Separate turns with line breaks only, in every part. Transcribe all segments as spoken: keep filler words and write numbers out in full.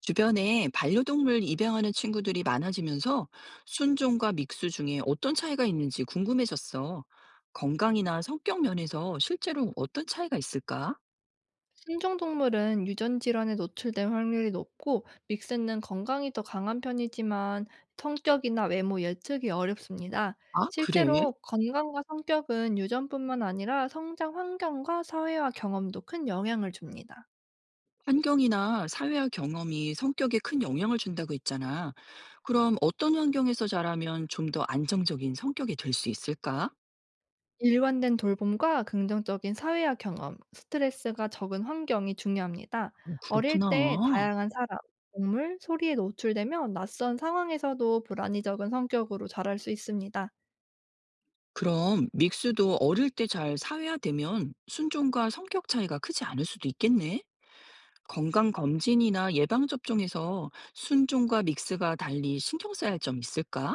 주변에 반려동물 입양하는 친구들이 많아지면서 순종과 믹스 중에 어떤 차이가 있는지 궁금해졌어. 건강이나 성격 면에서 실제로 어떤 차이가 있을까?
신종동물은 유전 질환에 노출될 확률이 높고 믹스는 건강이 더 강한 편이지만 성격이나 외모 예측이 어렵습니다.
아, 그래?
실제로 건강과 성격은 유전뿐만 아니라 성장 환경과 사회화 경험도 큰 영향을 줍니다.
환경이나 사회화 경험이 성격에 큰 영향을 준다고 했잖아. 그럼 어떤 환경에서 자라면 좀 더 안정적인 성격이 될 수 있을까?
일관된 돌봄과 긍정적인 사회화 경험, 스트레스가 적은 환경이 중요합니다.
어,
어릴 때
그렇구나.
다양한 사람, 동물, 소리에 노출되면 낯선 상황에서도 불안이 적은 성격으로 자랄 수 있습니다.
그럼 믹스도 어릴 때 잘 사회화되면 순종과 성격 차이가 크지 않을 수도 있겠네. 건강검진이나 예방접종에서 순종과 믹스가 달리 신경 써야 할 점 있을까?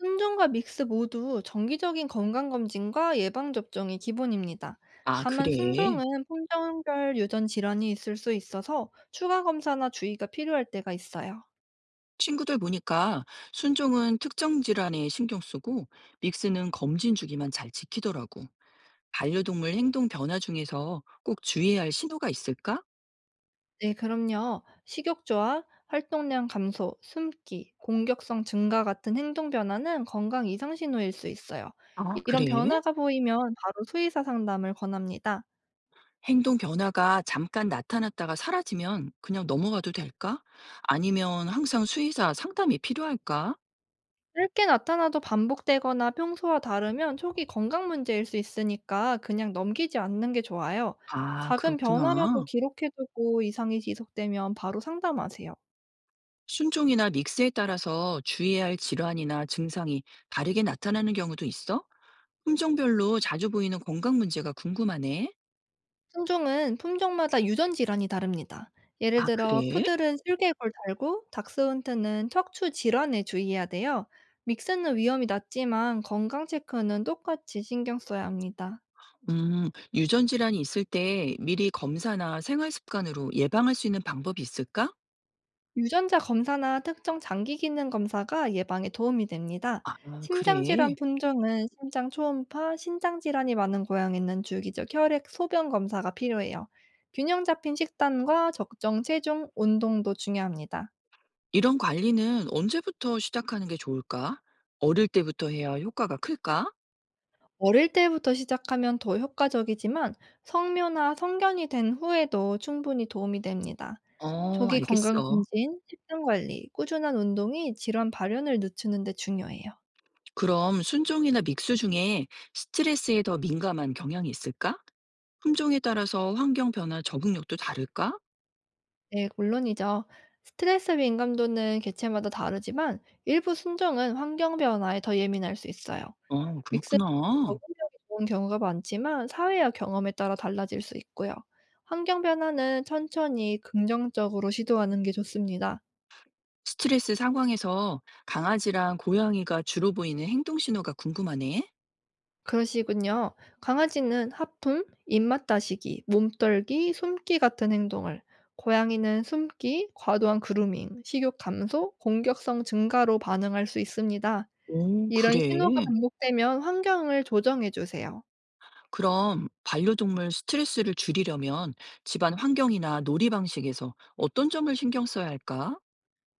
순종과 믹스 모두 정기적인 건강검진과 예방접종이 기본입니다.
아,
다만
그래.
순종은 품종별 유전 질환이 있을 수 있어서 추가 검사나 주의가 필요할 때가 있어요.
친구들 보니까 순종은 특정 질환에 신경 쓰고 믹스는 검진 주기만 잘 지키더라고. 반려동물 행동 변화 중에서 꼭 주의해야 할 신호가 있을까?
네, 그럼요. 식욕조하 활동량 감소, 숨기, 공격성 증가 같은 행동 변화는 건강 이상 신호일 수 있어요.
아,
이런
그래?
변화가 보이면 바로 수의사 상담을 권합니다.
행동 변화가 잠깐 나타났다가 사라지면 그냥 넘어가도 될까? 아니면 항상 수의사 상담이 필요할까?
짧게 나타나도 반복되거나 평소와 다르면 초기 건강 문제일 수 있으니까 그냥 넘기지 않는 게 좋아요.
아,
작은 변화라도
그렇구나.
기록해두고 이상이 지속되면 바로 상담하세요.
순종이나 믹스에 따라서 주의해야 할 질환이나 증상이 다르게 나타나는 경우도 있어? 품종별로 자주 보이는 건강 문제가 궁금하네.
품종은 품종마다 유전 질환이 다릅니다. 예를
아,
들어
그래?
푸들은 슬개골 달고 닥스훈트는 척추 질환에 주의해야 돼요. 믹스는 위험이 낮지만 건강 체크는 똑같이 신경 써야 합니다.
음, 유전 질환이 있을 때 미리 검사나 생활 습관으로 예방할 수 있는 방법이 있을까?
유전자 검사나 특정 장기 기능 검사가 예방에 도움이 됩니다.
아,
심장 질환
그래.
품종은 심장 초음파, 신장 질환이 많은 고양이는 주기적 혈액 소변 검사가 필요해요. 균형 잡힌 식단과 적정 체중, 운동도 중요합니다.
이런 관리는 언제부터 시작하는 게 좋을까? 어릴 때부터 해야 효과가 클까?
어릴 때부터 시작하면 더 효과적이지만 성묘나 성견이 된 후에도 충분히 도움이 됩니다.
어,
조기
알겠어.
건강검진, 식단 관리, 꾸준한 운동이 질환 발현을 늦추는 데 중요해요.
그럼 순종이나 믹스 중에 스트레스에 더 민감한 경향이 있을까? 품종에 따라서 환경 변화 적응력도 다를까?
네, 물론이죠. 스트레스 민감도는 개체마다 다르지만 일부 순종은 환경 변화에 더 예민할 수 있어요.
어,
믹스는
그렇구나.
적응력이 좋은 경우가 많지만 사회와 경험에 따라 달라질 수 있고요. 환경 변화는 천천히 긍정적으로 시도하는 게 좋습니다.
스트레스 상황에서 강아지랑 고양이가 주로 보이는 행동 신호가 궁금하네.
그러시군요. 강아지는 하품, 입맛 다시기, 몸떨기, 숨기 같은 행동을, 고양이는 숨기, 과도한 그루밍, 식욕 감소, 공격성 증가로 반응할 수 있습니다.
오,
이런 신호가
그래.
반복되면 환경을 조정해 주세요.
그럼 반려동물 스트레스를 줄이려면 집안 환경이나 놀이 방식에서 어떤 점을 신경 써야 할까?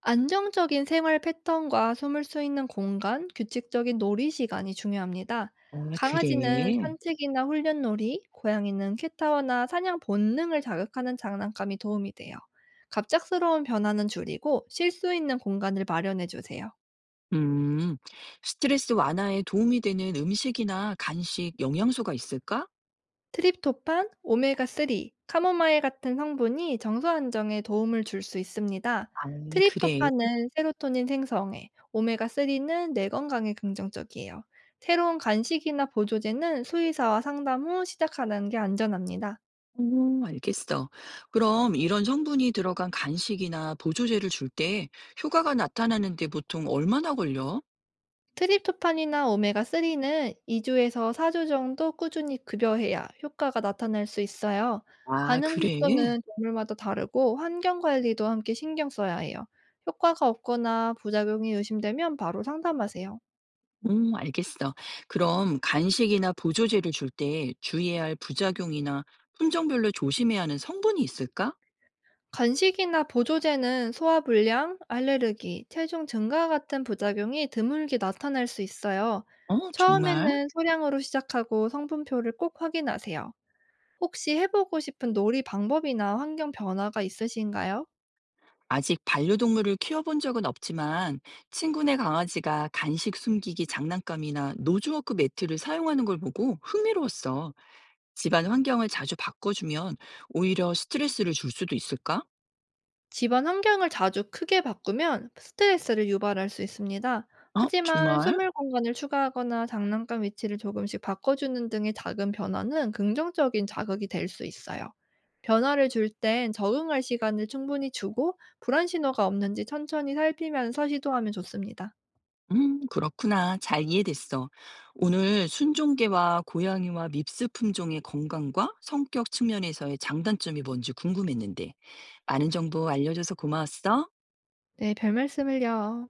안정적인 생활 패턴과 숨을 수 있는 공간, 규칙적인 놀이 시간이 중요합니다.
아, 그래.
강아지는 산책이나 훈련놀이, 고양이는 캣타워나 사냥 본능을 자극하는 장난감이 도움이 돼요. 갑작스러운 변화는 줄이고 쉴 수 있는 공간을 마련해 주세요.
음, 스트레스 완화에 도움이 되는 음식이나 간식, 영양소가 있을까?
트립토판, 오메가삼, 카모마일 같은 성분이 정서 안정에 도움을 줄 수 있습니다.
아, 그래.
트립토판은 세로토닌 생성에, 오메가삼은 뇌 건강에 긍정적이에요. 새로운 간식이나 보조제는 수의사와 상담 후 시작하는 게 안전합니다.
오, 알겠어. 그럼 이런 성분이 들어간 간식이나 보조제를 줄 때 효과가 나타나는데 보통 얼마나 걸려?
트립토판이나 오메가삼은 이 주에서 사 주 정도 꾸준히 급여해야 효과가 나타날 수 있어요.
아,
반응
그래?
속도는 동물마다 다르고 환경 관리도 함께 신경 써야 해요. 효과가 없거나 부작용이 의심되면 바로 상담하세요.
오, 알겠어. 그럼 간식이나 보조제를 줄 때 주의해야 할 부작용이나 품종별로 조심해야 하는 성분이 있을까?
간식이나 보조제는 소화 불량, 알레르기, 체중 증가 같은 부작용이 드물게 나타날 수 있어요.
어, 정말?
처음에는 소량으로 시작하고 성분표를 꼭 확인하세요. 혹시 해 보고 싶은 놀이 방법이나 환경 변화가 있으신가요?
아직 반려동물을 키워본 적은 없지만 친구네 강아지가 간식 숨기기 장난감이나 노즈워크 매트를 사용하는 걸 보고 흥미로웠어. 집안 환경을 자주 바꿔주면 오히려 스트레스를 줄 수도 있을까?
집안 환경을 자주 크게 바꾸면 스트레스를 유발할 수 있습니다.
어,
하지만
정말?
수면 공간을 추가하거나 장난감 위치를 조금씩 바꿔주는 등의 작은 변화는 긍정적인 자극이 될 수 있어요. 변화를 줄 땐 적응할 시간을 충분히 주고 불안 신호가 없는지 천천히 살피면서 시도하면 좋습니다.
음, 그렇구나. 잘 이해됐어. 오늘 순종계와 고양이와 밉스 품종의 건강과 성격 측면에서의 장단점이 뭔지 궁금했는데, 많은 정보 알려줘서 고마웠어.
네, 별말씀을요.